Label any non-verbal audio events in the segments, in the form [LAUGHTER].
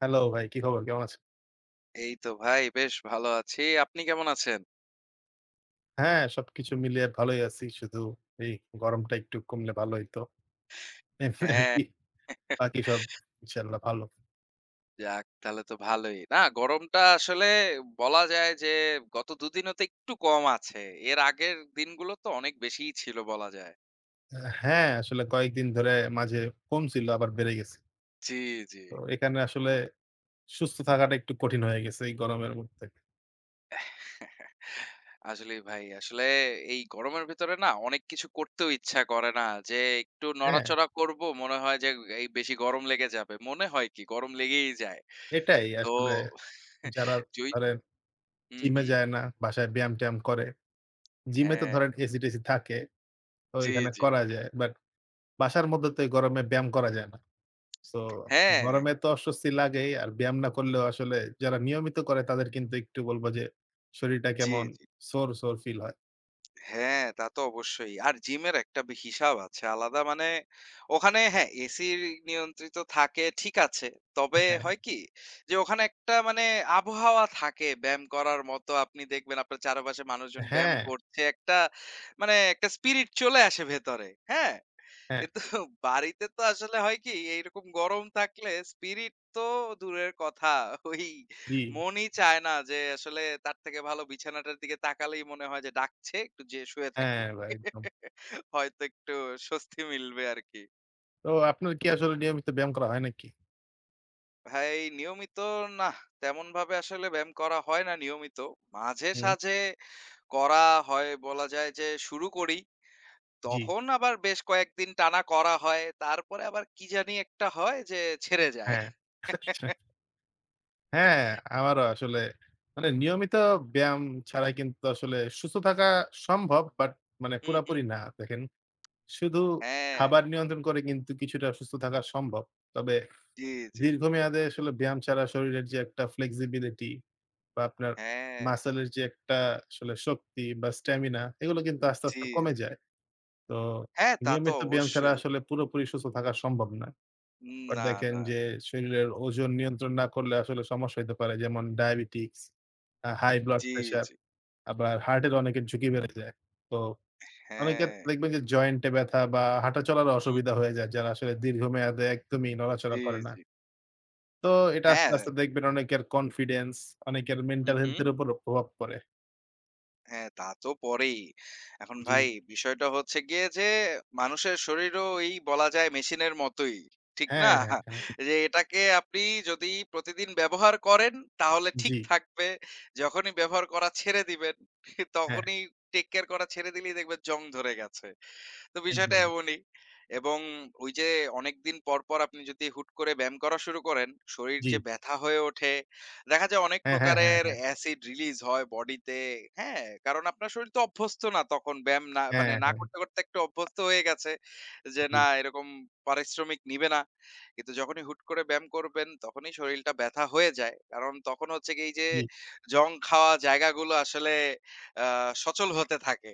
Hello ভাই, কি খবর? কেমন আছেন? এই তো ভাই বেশ ভালো আছি। আপনি কেমন আছেন? হ্যাঁ, সবকিছু মিলিয়ে ভালোই আছি। শুধু এই গরমটা একটু কমলে ভালো হইতো। এমনি আরকি হ্যাঁ, [LAUGHS] বাকি সব ইনশাআল্লাহ ভালো। যাক তাহলে তো ভালোই। না গরমটা আসলে বলা যায় যে গত দুদিন হতে একটু কম আছে। এর আগের দিনগুলো তো অনেক বেশিই ছিল বলা যায়। হ্যাঁ, আসলে কয়েকদিন ধরে মাঝে কমছিল আবার বেড়ে গেছে। জি, জি। তো এখানে আসলে সুস্থ থাকাটা একটু কঠিন হয়ে গেছে এই গরমের মধ্যে। আসলেই ভাই, আসলে এই গরমের ভিতরে না অনেক কিছু করতেও ইচ্ছা করে না। যে একটু হ্যাঁ, নড়াচড়া করব মনে হয় যে এই বেশি গরম লেগে যাবে। মনে হয় কি গরম লেগেই যায়। এটাই তো আসলে [LAUGHS] যারা জই ধরেন হুম, জিমে হুম। যায় না, বাসায় ব্যায়াম-ট্যায়াম করে। জিমে তো হ্যাঁ, ধরেন এসি-টেসি থাকে, তো জি, ওইখানে জি। করা যায়। বাট বাসার মধ্যে তো এই গরমে ব্যায়াম করা যায় না। সো হ্যাঁ। গরমে তো অস্বস্তি লাগেই। আর ব্যায়াম না করলেও আসলে যারা নিয়মিত করে তাদের কিন্তু একটু বলব যে শরীরটা জি, কেমন জি। সোর ফিল হয়। হ্যাঁ, তা তো অবশ্যই। আর জিমের একটা বি হিসাব আছে আলাদা। মানে ওখানে হ্যাঁ, এসি নিয়ন্ত্রিত থাকে ঠিক আছে। তবে হ্যাঁ, হয় কি? যে ওখানে একটা মানে আবহাওয়া থাকে ব্যায়াম করার মতো। আপনি দেখবেন আপনার চারপাশে মানুষজন ব্যায়াম হ্যাঁ, করছে। একটা মানে একটা স্পিরিট চলে আসে ভেতরে। হ্যাঁ? হ্যাঁ, কিন্তু বাড়িতে তো আসলে হয় কি? এইরকম গরম থাকলে স্পিরিট তো দূরের কথা। ওই জি, মনই চায় না যে আসলে তার থেকে ভালো বিছানাটার দিকে তাকালেই মনে হয় যে ডাকছে, একটু যেয়ে শুয়ে থাকি। হ্যাঁ ভাই একদম। [LAUGHS] হয়তো একটু স্বস্তি মিলবে আরকি। তো আপনার কি আসলে নিয়মিত ব্যায়াম করা হয় নাকি? ভাই নিয়মিত না, তেমনভাবে আসলে ব্যায়াম করা হয় না নিয়মিত। মাঝে হুম, সাঝে করা হয় বলা যায় যে শুরু করি। জি, তখন আবার বেশ কয়েকদিন টানা করা হয়। তারপরে আবার কি জানি একটা হয় যে ছেড়ে যায়। হ্যাঁ। আচ্ছা। [LAUGHS] হ্যাঁ, আমারও আসলে মানে নিয়মিত ব্যায়াম ছাড়া কিন্তু আসলে সুস্থ থাকা সম্ভব বাট মানে হুম, হুম। পুরাপুরি না। দেখেন শুধু হ্যাঁ। খাবার নিয়ন্ত্রণ করে কিন্তু কিছুটা সুস্থ থাকা সম্ভব। তবে জি, জি। দীর্ঘমেয়াদে আসলে ব্যায়াম ছাড়া শরীরের যে একটা ফ্লেক্সিবিলিটি বা আপনার হ্যাঁ। মাসলের যে একটা আসলে শক্তি বা স্ট্যামিনা এগুলো কিন্তু আস্তে, জি, আস্তে কমে জি। যায়। তো হ্যাঁ, তা তো নিয়মিত ব্যায়াম ছাড়া অবশ্যই। আসলে পুরোপুরি সুস্থ থাকা সম্ভব না। উম বাট না, দেখেন না। যে শরীরের ওজন নিয়ন্ত্রণ না করলে আসলে সমস্যা হইতে পারে। যেমন ডায়াবেটিকস, হাই ব্লাড জি, প্রেশার জি। আবার হার্টের অনেকের ঝুঁকি বেড়ে যায়। তো অনেকের হ্যাঁ। দেখবেন যে জয়েন্টে ব্যথা বা হাঁটাচলারও অসুবিধা হুম। হয়ে যায় যারা আসলে দীর্ঘমেয়াদে একদমই নড়াচড়া জি, করে না। জি। তো এটা আস্তে, হ্যাঁ। আস্তে দেখবেন অনেকের কনফিডেন্স, অনেকের হুম, মেন্টাল হেলথ হুম। এর উপরও প্রভাব পড়ে। হ্যাঁ, তা তো পরেই। এখন জি। ভাই বিষয়টা হচ্ছে গিয়ে যে মানুষের শরীরও ওই বলা যায় মেশিনের মতোই। ঠিক হ্যাঁ, না? হ্যাঁ, হ্যাঁ। যে এটাকে আপনি যদি প্রতিদিন ব্যবহার করেন তাহলে ঠিক জি, থাকবে। যখনই ব্যবহার করা ছেড়ে দিবেন হ্যাঁ, তখনই টেক কেয়ার করা ছেড়ে দিলেই দেখবেন জং ধরে গেছে। তো বিষয়টা একদম। এমনই। এবং ওই যে অনেকদিন পর, পর আপনি যদি হুট করে ব্যায়াম করা শুরু করেন, শরীর জি। যে ব্যথা হয়ে ওঠে, দেখা যায় অনেক হ্যাঁ, হ্যাঁ, হ্যাঁ, প্রকারের হ্যাঁ, অ্যাসিড রিলিজ হয় বডিতে, হ্যাঁ? কারণ আপনার শরীর তো অভ্যস্ত না তখন ব্যায়াম না হ্যাঁ, মানে না হ্যাঁ, করতে, করতে একটু অভ্যস্ত হয়ে গেছে যে জি, না এরকম পারিশ্রমিক নিবে না। কিন্তু যখনই হুট করে ব্যায়াম করবেন তখনই শরীরটা ব্যথা হয়ে যায়। কারণ তখন হচ্ছে কি এই যে জি, জং খাওয়া জায়গাগুলো আসলে আ সচল হতে থাকে।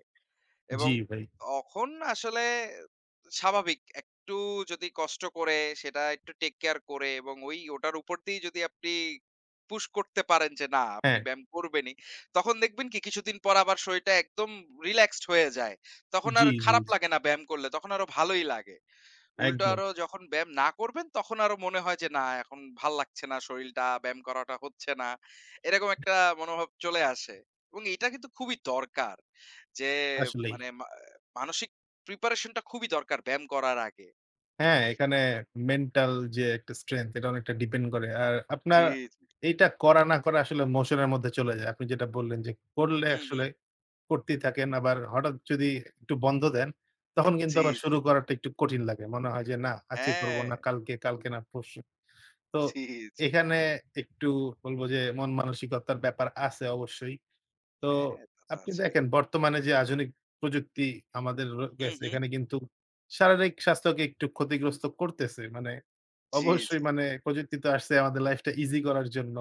এবং জি ভাই। তখন আসলে স্বাভাবিক একটু যদি কষ্ট করে সেটা একটু টেক কেয়ার করে এবং ওই ওটার উপর দিয়েই যদি আপনি পুশ করতে পারেন যে না আপনি হ্যাঁ, ব্যায়াম করবেনই তখন দেখবেন কি কিছুদিন পর আবার শরীরটা একদম রিল্যাক্সড হয়ে যায় তখন জি, আর জি, খারাপ জি। লাগে না ব্যায়াম করলে তখন আরো ভালোই লাগে উল্টো একদম, আরো যখন ব্যায়াম না করবেন, তখন আরো মনে হয় যে, না এখন ভাল লাগছে না শরীলটা, ব্যায়াম করাটা হচ্ছে না। এরকম একটা মনোভাব চলে আসে। এবং এটা কিন্তু খুবই দরকার। যে আসলেই। মানে মানসিক প্রিপারেশন টা খুবই দরকার ব্যায়াম করার আগে। হ্যাঁ, এখানে মেন্টাল যে একটা স্ট্রেংথ এটা অনেকটা ডিপেন্ড করে। আর আপনার জি, জি। এইটা করা না করা আসলে মোশন এর মধ্যে চলে যায়। আপনি যেটা বললেন যে করলে হুম, আসলে হুম। করতেই থাকেন। আবার হঠাৎ যদি একটু বন্ধ দেন, তখন কিন্তু জি, আবার শুরু জি। করাটা একটু কঠিন লাগে। মনে হয় যে না আজকে করব হ্যাঁ। না কালকে, কালকে না পরশু। তো জি, জি। এখানে একটু বলব যে মন মানসিকতার ব্যাপার আছে অবশ্যই। তো হ্যাঁ, তা তো আপনি আছেই। দেখেন বর্তমানে যে আধুনিক প্রযুক্তি আমাদের হুম, রয়েছে হুম। এখানে কিন্তু শারীরিক স্বাস্থ্যকে একটু ক্ষতিগ্রস্ত করতেছে। মানে জি, জি। অবশ্যই মানে প্রযুক্তি তো আসছে আমাদের লাইফটা ইজি করার জন্য।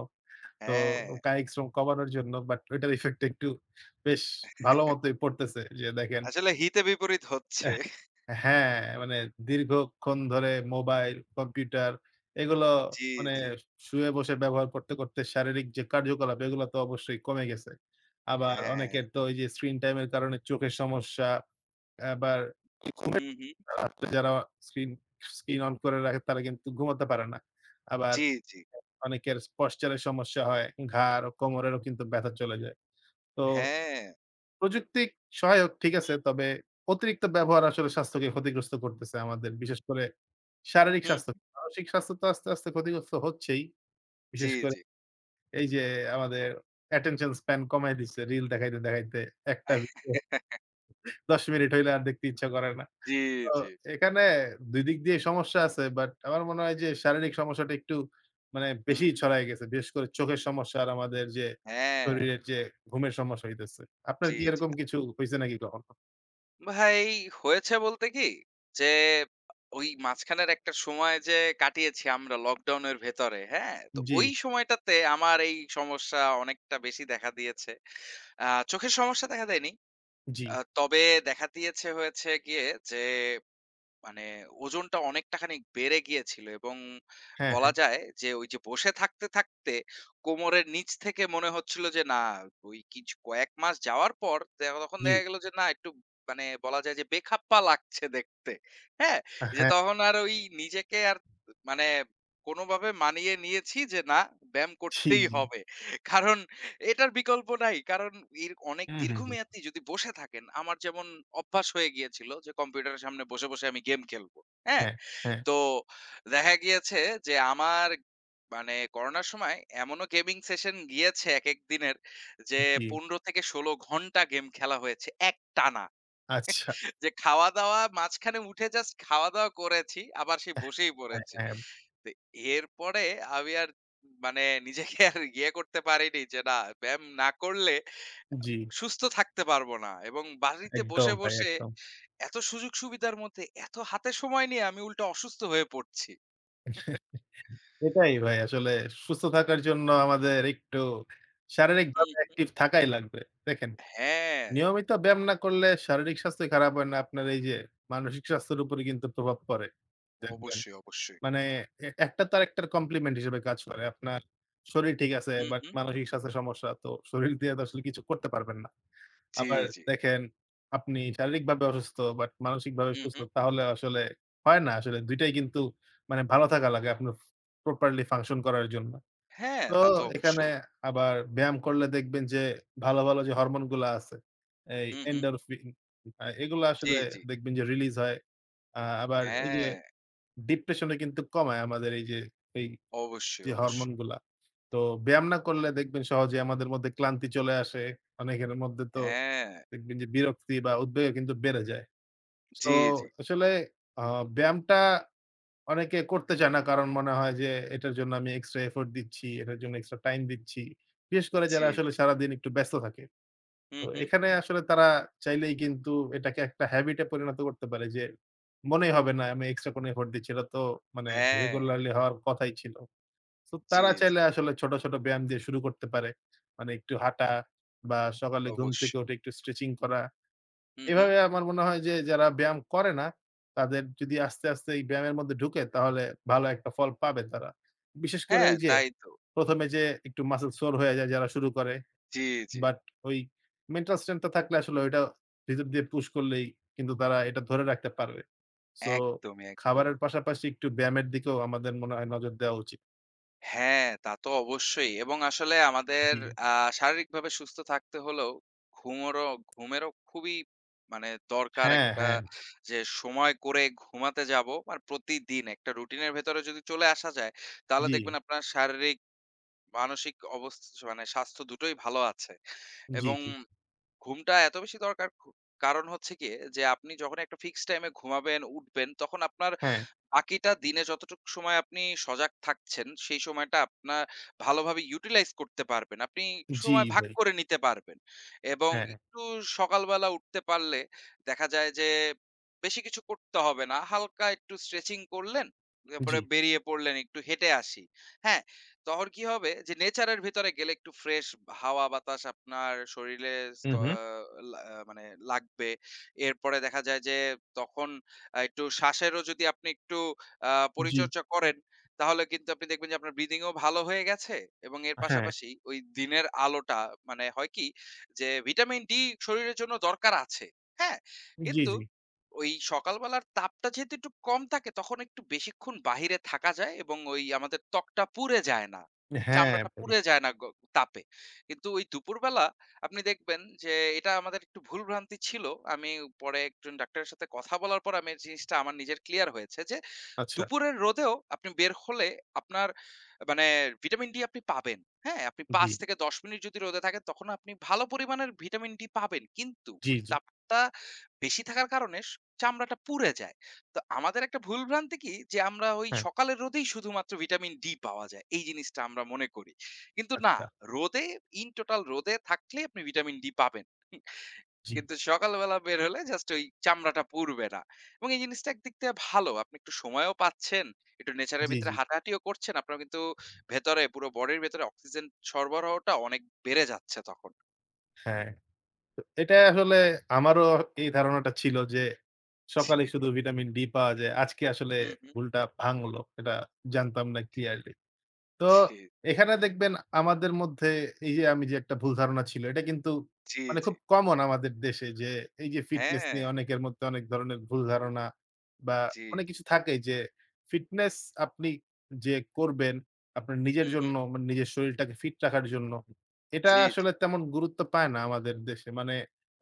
তো হ্যাঁ। কায়িক শ্রম কমানোর জন্য বাট ওইটার ইফেক্ট একটু বেশ ভালো মতোই পড়তেছে। যে দেখেন আসলে হিতে বিপরীত হচ্ছে। এহ হ্যাঁ, মানে দীর্ঘক্ষণ ধরে মোবাইল, কম্পিউটার এগুলো জি, মানে জি। শুয়ে বসে ব্যবহার করতে, করতে শারীরিক যে কার্যকলাপ এগুলো তো অবশ্যই কমে গেছে। আবার হ্যাঁ। অনেকের তো ওই যে স্ক্রিন টাইম এর কারণে চোখের সমস্যা, আবার ঘুমের হুম, হুম। রাত্রে যারা স্ক্রিন, স্ক্রিন অন করে রাখে তারা কিন্তু ঘুমাতে পারে না। আবার জি, জি। অনেকের পশ্চারের সমস্যা হয়, ঘাড় ও কোমরেরও কিন্তু ব্যথা চলে যায়। তো হ্যাঁ। প্রযুক্তি সহায়ক ঠিক আছে, তবে অতিরিক্ত ব্যবহার আসলে স্বাস্থ্যকে ক্ষতিগ্রস্ত করতেছে আমাদের। বিশেষ করে শারীরিক হুম। স্বাস্থ্য। মানসিক স্বাস্থ্য তো আস্তে, আস্তে ক্ষতিগ্রস্ত হচ্ছেই। জি, বিশেষ করে জি। এই যে আমাদের attention span কমায় দিচ্ছে। রিল দেখাইতে, দেখাইতে একটা আহ ভিডিও ১০ মিনিট হইলে আর দেখতে ইচ্ছা করে না। জি, তো জি। এখানে ২ দিক দিয়ে সমস্যা আছে। বাট আমার মনে হয় যে শারীরিক সমস্যাটা একটু মানে হুম, বেশিই হুম। ছড়ায় গেছে। বিশেষ করে চোখের সমস্যা আর আমাদের যে হ্যাঁ, শরীরের যে ঘুমের সমস্যা হইতেছে। আপনার জি, কি জি। এরকম কিছু হইছে নাকি কখনো? ভাই হয়েছে বলতে কি যে ওই মাঝখানের একটা সময় যে কাটিয়েছি আমরা লকডাউনের ভেতরে, হ্যাঁ? তো জি, ওই সময়টাতে আমার এই সমস্যা অনেকটা বেশি দেখা দিয়েছে। আ চোখের সমস্যা দেখা দেয়নি। জি। তবে দেখা দিয়েছে হয়েছে গিয়ে যে মানে ওজনটা অনেকটা খানিক বেড়ে গিয়েছিল এবং হ্যাঁ, বলা হ্যাঁ। যায় যে ওই যে বসে থাকতে, থাকতে কোমরের নিচ থেকে মনে হচ্ছিল যে না ওই কিছু কয়েক মাস যাওয়ার পর তখন জি। দেখা গেল যে না একটু মানে বলা যায় যে বেখাপ্পা লাগছে দেখতে। হ্যাঁ? যে হ্যাঁ, তখন আর ওই নিজেকে আর মানে কোনভাবে মানিয়ে নিয়েছি যে না ব্যায়াম জি, করতেই জি। হবে। কারণ এটার বিকল্প নাই। কারণ এর অনেক হুম, হুম, হুম। দীর্ঘমেয়াদী যদি বসে থাকেন, আমার যেমন অভ্যাস হয়ে গিয়েছিল যে কম্পিউটারের সামনে বসে, বসে আমি গেম খেলবো। হ্যাঁ? হ্যাঁ, হ্যাঁ। তো দেখা গিয়েছে যে আমার মানে করোনার সময় এমনও গেমিং সেশন গিয়েছে একেক দিনের যে জি। ১৫ থেকে ১৬ ঘন্টা গেম খেলা হয়েছে একটানা। আচ্ছা। যে খাওয়া-দাওয়া মাঝখানে উঠে জাস্ট খাওয়া-দাওয়া করেছি, আবার সেই বসেই হ্যাঁ, পড়েছি। হ্যাঁ। তো এরপরে আমি আর মানে নিজেকে আর ইয়ে করতে পারিনি যে না ব্যায়াম না করলে জি। সুস্থ থাকতে পারবো না এবং বাড়িতে একদম বসে, ভাই, বসে একদম। এত সুযোগ সুবিধার মধ্যে এত হাতে সময় নিয়ে আমি উল্টা অসুস্থ হয়ে পড়ছি। এটাই ভাই আসলে সুস্থ থাকার জন্য আমাদের একটু হুম, শারীরিকভাবে হুম। অ্যাক্টিভ থাকাই লাগবে। দেখেন হ্যাঁ, নিয়মিত ব্যায়াম না করলে শারীরিক স্বাস্থ্যই খারাপ হয় না, আপনার এই যে মানসিক স্বাস্থ্যের উপরে কিন্তু প্রভাব পড়ে দেখবেন। অবশ্যই, অবশ্যই। মানে এ একটা তো আরেকটার কমপ্লিমেন্ট হিসেবে কাজ করে। আপনার শরীর ঠিক আছে হুম, বাট হুম। মানসিক স্বাস্থ্যের সমস্যা তো শরীর দিয়ে তো আসলে কিছু করতে পারবেন না। জি, আবার জি। দেখেন আপনি শারীরিকভাবে অসুস্থ বাট মানসিকভাবে হুম, সুস্থ হুম। তাহলে আসলে হয় না আসলে ২ টাই কিন্তু মানে ভালো থাকা লাগে আপনার প্রপারলি ফাংশন করার জন্য। হ্যাঁ, তো তা তো এখানে অবশ্যই। আবার ব্যায়াম করলে দেখবেন যে ভালো, ভালো যে হরমোন গুলা আছে, এই হুম, হুম। এন্ডরফিন এগুলা জি, আসলে জি। দেখবেন যে রিলিজ হয়। আবার এই যে হ্যাঁ, ডিপ্রেশন ও কিন্তু কমায় আমাদের এই যে এই অবশ্যই, যে হরমোন অবশ্যই। গুলা। তো ব্যায়াম না করলে দেখবেন সহজে আমাদের মধ্যে ক্লান্তি চলে আসে। অনেকের মধ্যে তো হ্যাঁ। দেখবেন যে বিরক্তি বা উদ্বেগও কিন্তু বেড়ে যায়। সো জি, জি। আসলে আ ব্যায়ামটা অনেকে করতে চায় না। কারণ মনে হয় যে এটার জন্য আমি এক্সট্রা এফোর্ট দিচ্ছি, এটার জন্য এক্সট্রা টাইম দিচ্ছি। বিশেষ করে যারা জি, আসলে জি। সারাদিন একটু ব্যস্ত থাকে। হুম, তো হুম। এখানে আসলে তারা চাইলেই কিন্তু এটাকে একটা হ্যাবিট এ পরিণত করতে পারে যে মনেই হবে না আমি এক্সট্রা কোনো এফোর্ট দিচ্ছি। এটা তো মানে হ্যাঁ। রেগুলারলি হওয়ার কথাই ছিল। তো জি, তারা জি। চাইলে আসলে ছোট, ছোট ব্যায়াম দিয়ে শুরু করতে পারে। মানে একটু হাঁটা বা সকালে ঘুম থেকে অবশ্যই। উঠে একটু স্ট্রেচিং করা। হুম, হুম। এভাবে আমার মনে হয় যে যারা ব্যায়াম করে না, তাদের যদি আস্তে, আস্তে এই ব্যায়ামের মধ্যে ঢুকে তাহলে ভালো একটা ফল পাবে তারা। বিশেষ করে হ্যাঁ, ওই যে তাই তো। ১ম এ যে একটু মাসল সোর হয়ে যায় যারা শুরু করে। জি, জি। বাট ওই মেন্টাল স্ট্রেংথ টা থাকলে আসলে ওইটা ভিতর দিয়ে পুশ করলেই কিন্তু তারা এটা ধরে রাখতে পারবে। সো একদমই, একদম। খাবারের পাশাপাশি একটু ব্যায়ামের দিকেও আমাদের মনে হয় নজর দেওয়া উচিত। হ্যাঁ, তা তো অবশ্যই এবং আসলে আমাদের জি। আ শারীরিকভাবে সুস্থ থাকতে হলেও ঘুমোরও ঘুমেরও খুবই মানে দরকার হ্যাঁ, একটা হ্যাঁ। যে সময় করে ঘুমাতে যাবো। আর প্রতিদিন একটা রুটিনের ভেতরে যদি চলে আসা যায়, তাহলে জি, দেখবেন আপনার শারীরিক, মানসিক মানে স্বাস্থ্য দুটোই ভালো আছে। জি, এবং জি। ঘুমটা এত বেশি দরকার কারণ হচ্ছে গিয়ে যে আপনি যখন একটা ফিক্সড টাইমে ঘুমাবেন, উঠবেন তখন আপনার হ্যাঁ। বাকিটা দিনে যতটুক সময় আপনি সজাগ থাকছেন, সেই সময়টা আপনার ভালোভাবে ইউটিলাইজ করতে পারবেন। আপনি জি সময় ভাগ ভাই। করে নিতে পারবেন। এবং হ্যাঁ, একটু সকালবেলা উঠতে পারলে দেখা যায় যে বেশি কিছু করতে হবে না। হালকা একটু স্ট্রেচিং করলেন, জি। তারপরে বেরিয়ে পড়লেন একটু হেঁটে আসি। হ্যাঁ? তখন কি হবে যে নেচারের ভেতরে গেলে একটু ফ্রেশ হাওয়া বাতাস আপনার শরীরে হু, স্ত হু। আ লা আহ, মানে লাগবে। এরপরে দেখা যায় যে তখন একটু শ্বাসেরও যদি আপনি একটু আ জি। পরিচর্চা করেন, তাহলে কিন্তু আপনি দেখবেন যে আপনার ব্রিদিং ও ভালো হয়ে গেছে এবং এর হ্যাঁ। পাশাপাশি ওই দিনের আলোটা মানে হয় কি যে ভিটামিন ডি শরীরের জন্য দরকার আছে। হ্যাঁ? জি, কিন্তু জি। ওই সকালবেলার তাপটা যেহেতু একটু কম থাকে তখন একটু বেশিক্ষণ বাহিরে থাকা যায় এবং ওই আমাদের ত্বকটা পুড়ে যায় না। হ্যাঁ, চামড়াটা পড়ি। পুড়ে যায় না তাপে। কিন্তু ওই দুপুরবেলা আপনি দেখবেন যে এটা আমাদের একটু ভুল ভ্রান্তি ছিল। আমি পরে একজন ডাক্তারের সাথে কথা বলার পর আমি এই জিনিসটা আমার নিজের ক্লিয়ার হয়েছে যে, আচ্ছা। দুপুরের রোদেও আপনি বের হলে আপনার মানে ভিটামিন ডি আপনি পাবেন। হ্যাঁ? আপনি জি, ৫ থেকে ১০ মিনিট যদি রোদে থাকেন তখন আপনি ভালো পরিমাণের ভিটামিন ডি পাবেন। কিন্তু জি, ওই জি। তাপটা বেশি থাকার কারণে চামড়াটা পুড়ে যায়। তো আমাদের একটা ভুল ভ্রান্তি কি যে আমরা ওই হ্যাঁ, সকালের রোদেই শুধুমাত্র ভিটামিন ডি পাওয়া যায়। এই জিনিসটা আমরা মনে করি। কিন্তু না, আচ্ছা। রোদে ইন টোটাল রোদে থাকলেই আপনি ভিটামিন ডি পাবেন। জি, কিন্তু সকালবেলা বের হলে জাস্ট ওই চামড়াটা পুড়বে না। এবং এই জিনিসটা একদিক থেকে ভালো। আপনি একটু সময়ও পাচ্ছেন, একটু নেচারের জি, ভিতরে জি। হাঁটাহাঁটিও করছেন। আপনার কিন্তু ভেতরে পুরো বডির ভেতরে অক্সিজেন সরবরাহটা অনেক বেড়ে যাচ্ছে তখন। হ্যাঁ। তো এটা আসলে আমারও এই ধারণাটা ছিল যে জি, সকালে শুধু ভিটামিন ডি পাওয়া যায়। আজকে আসলে হুম, হুম। ভুলটা ভাঙলো। এটা জানতাম না ক্লিয়ারলি। তো জি, এখানে দেখবেন আমাদের মধ্যে এই যে আমি যে একটা ভুল ধারণা ছিল, এটা কিন্তু জি, মানে জি। খুব কমন আমাদের দেশে যে এই যে ফিটনেস হ্যাঁ, নিয়ে অনেকের মধ্যে অনেক ধরনের ভুল ধারণা বা জি, অনেক জি। কিছু থাকেই যে ফিটনেস আপনি যে করবেন আপনার নিজের হুম, জন্য হুম। মানে নিজের শরীরটাকে ফিট রাখার জন্য এটা জি, জি। আসলে তেমন গুরুত্ব পায় না আমাদের দেশে। মানে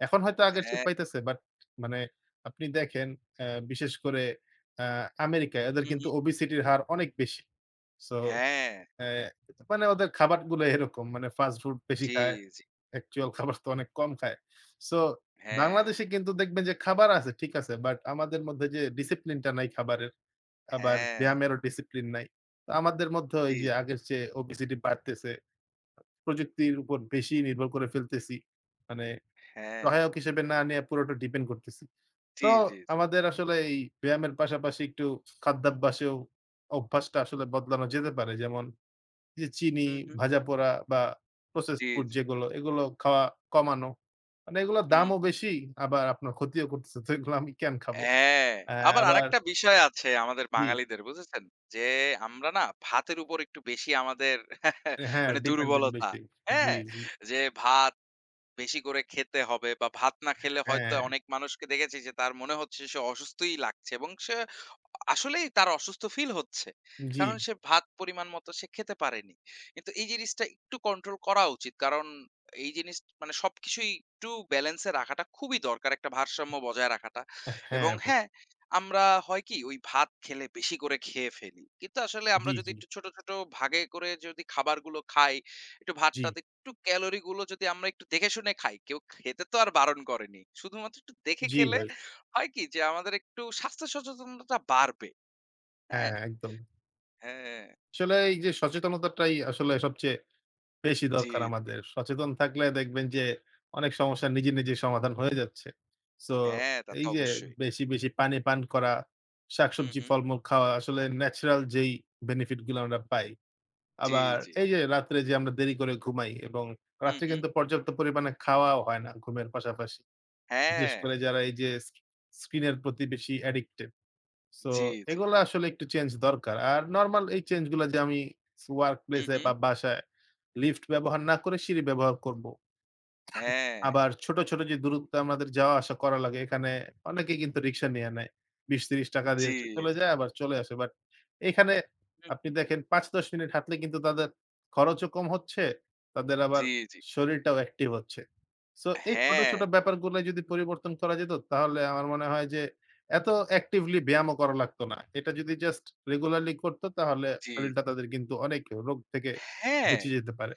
এখন হয়তো আগের চেয়ে হ্যাঁ, পাইতেছে বাট মানে আপনি দেখেন বিশেষ করে অ্যা আমেরিকায় ওদের হুম, কিন্তু হুম। ওবেসিটির হার অনেক বেশি। সো হ্যাঁ, অ্যা মানে ওদের খাবারগুলো এরকম মানে ফাস্ট ফুড বেশি জি, খায়। জি। অ্যাকচুয়াল খাবার তো অনেক কম খায়। সো হ্যাঁ, বাংলাদেশে কিন্তু দেখবেন যে খাবার আছে ঠিক আছে। বাট আমাদের মধ্যে যে ডিসিপ্লিনটা নাই খাবারের, আবার হ্যাঁ, ব্যায়ামেরও ডিসিপ্লিন নাই। তো আমাদের মধ্যে এই জি, যে জি, আগের চেয়ে ওবেসিটি বাড়তেছে। প্রযুক্তির উপর বেশি নির্ভর করে ফেলতেছি। মানে হ্যাঁ, সহায়ক হিসেবে না নিয়ে পুরোটা ডিপেন্ড করতেছি। তো জি, জি, জি। আমাদের আসলে এই ব্যায়ামের পাশাপাশি একটু খাদ্যাভ্যাসেও অভ্যাসটা আসলে বদলানো যেতে পারে। যেমন যে চিনি, হুম, হুম। ভাজা পোড়া বা প্রসেস জি, ফুড জি। যেগুলো, এগুলো খাওয়া কমানো। মানে এগুলোর হুম। দামও বেশি, আবার আপনার ক্ষতিও করতেছে। তো এগুলো আমি কেন খাবো? হ্যাঁ, অ্যা আবার আবার আরেকটা বিষয় আছে আমাদের জি, বাঙালিদের বুঝেছেন? যে আমরা না ভাতের উপর একটু বেশি আমাদের [LAUGHS] হ্যাঁ, মানে ডিপেন্ডেন্ট দুর্বলতা। বেশি। হ্যাঁ? জি, জি, যে ভাত বেশি করে খেতে হবে বা ভাত না খেলে হয়তো হ্যাঁ, অনেক মানুষকে দেখেছি যে তার মনে হচ্ছে সে অসুস্থই লাগছে এবং সে আসলেই তার অসুস্থ ফিল হচ্ছে। জি, কারণ সে ভাত পরিমাণ মতো সে খেতে পারেনি। কিন্তু এই জিনিসটা একটু কন্ট্রোল করা উচিত। কারণ এই জিনিস মানে সবকিছুই একটু ব্যালেন্স এ রাখাটা খুবই দরকার একটা ভারসাম্য বজায় রাখাটা। হ্যাঁ, এবং ভাই। হ্যাঁ, আমরা হয় কি ওই ভাত খেলে বেশি করে খেয়ে ফেলি। কিন্তু আসলে আমরা জি, যদি জি, একটু ছোট, ছোট ভাগে করে যদি খাবারগুলো খাই, একটু জি, ভাতটাতে একটু ক্যালোরি গুলো যদি আমরা একটু দেখে শুনে খাই, কেউ খেতে তো আর বারণ করেনি। শুধুমাত্র একটু দেখে জি, খেলে ভাই। হয় কি যে আমাদের একটু স্বাস্থ্য সচেতনতা বাড়বে। হ্যাঁ? হ্যাঁ, একদম। হ্যাঁ, আসলে এই যে সচেতনতাটাই আসলে সবচেয়ে বেশি জি, দরকার জি। আমাদের। সচেতন থাকলে দেখবেন যে অনেক সমস্যা নিজে, নিজে সমাধান হয়ে যাচ্ছে। সো হ্যাঁ, তা তো এই যে অবশ্যই। বেশি, বেশি পানি পান করা, হুম, শাকসবজি, হুম। ফলমূল খাওয়া আসলে ন্যাচারাল যেই বেনিফিট গুলো আমরা পাই। জি, আবার জি। এই যে রাত্রে যে আমরা দেরি করে ঘুমাই এবং হুম, রাত্রে হুম। কিন্তু পর্যাপ্ত পরিমাণে খাওয়াও হয় না ঘুমের পাশাপাশি। বিশেষ হ্যাঁ, করে যারা এই যে স্ক্রিনের প্রতি বেশি অ্যাডিক্টেড। সো জি, জি। এগুলা আসলে একটু চেঞ্জ দরকার। আর নরমাল এই চেঞ্জ গুলা যে আমি ওয়ার্ক প্লেস হুম, এ হুম। বা বাসায় লিফট ব্যবহার না করে সিঁড়ি ব্যবহার করব। হ্যাঁ, আবার ছোট, ছোট যে দূরত্বে আমাদের যাওয়া আসা করা লাগে এখানে অনেকেই কিন্তু রিক্সা নিয়ে নেয়। ৳২০-৳৩০ দিয়ে জি, চলে জি। যায় আবার চলে আসে। বাট এখানে আপনি হুম, দেখেন ৫-১০ মিনিট হাঁটলে কিন্তু তাদের খরচও কম হচ্ছে, তাদের আবার জি, জি। শরীরটাও অ্যাক্টিভ হচ্ছে। সো এই ছোট, হ্যাঁ, ছোট ব্যাপারগুলো যদি পরিবর্তন করা যেত তাহলে আমার মনে হয় যে এত অ্যাক্টিভলি ব্যায়ামও করা লাগতো না। এটা যদি জাস্ট রেগুলারলি করত তাহলে জি, শরীরটা জি। তাদের কিন্তু অনেক রোগ থেকে হ্যাঁ। বেঁচে যেতে পারে।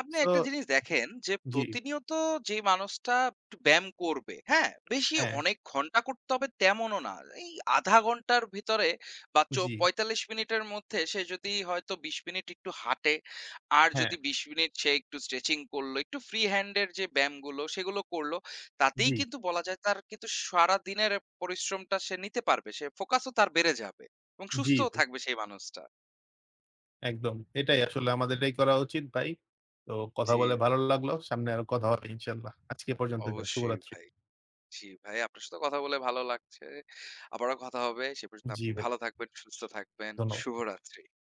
আপনি সো একটা জিনিস দেখেন যে জি, প্রতিনিয়ত যে মানুষটা একটু ব্যায়াম করবে, হ্যাঁ? বেশি হ্যাঁ, অনেক ঘন্টা করতে হবে তেমনও না। এই আধা ঘন্টার ভিতরে বা জি, ৪৫ মিনিটের মধ্যে সে যদি হয়তো ২০ মিনিট একটু হাঁটে, আর হ্যাঁ। যদি ২০ মিনিট সে একটু স্ট্রেচিং করলো, একটু ফ্রি হ্যান্ড এর যে ব্যায়ামগুলো সেগুলো করলো, তাতেই জি, কিন্তু বলা যায় তার কিন্তু সারাদিনের পরিশ্রমটা সে নিতে পারবে। সে ফোকাসও তার বেড়ে যাবে এবং জি, সুস্থও ভাই, থাকবে সেই মানুষটা। একদম। এটাই আসলে আমাদের এটাই করা উচিত ভাই। তো কথা জি, বলে ভালো লাগলো। সামনে আরো কথা হবে ইনশাআল্লাহ। আজকে এ পর্যন্তই ভাই। অবশ্যই শুভরাত্রি। ভাই। জি ভাই, আপনার সাথে কথা বলে ভালো লাগছে। আবারও কথা হবে। সে পর্যন্ত জি আপনি ভাই, ভালো থাকবেন, সুস্থ থাকবেন। ধন্যবাদ। শুভরাত্রি।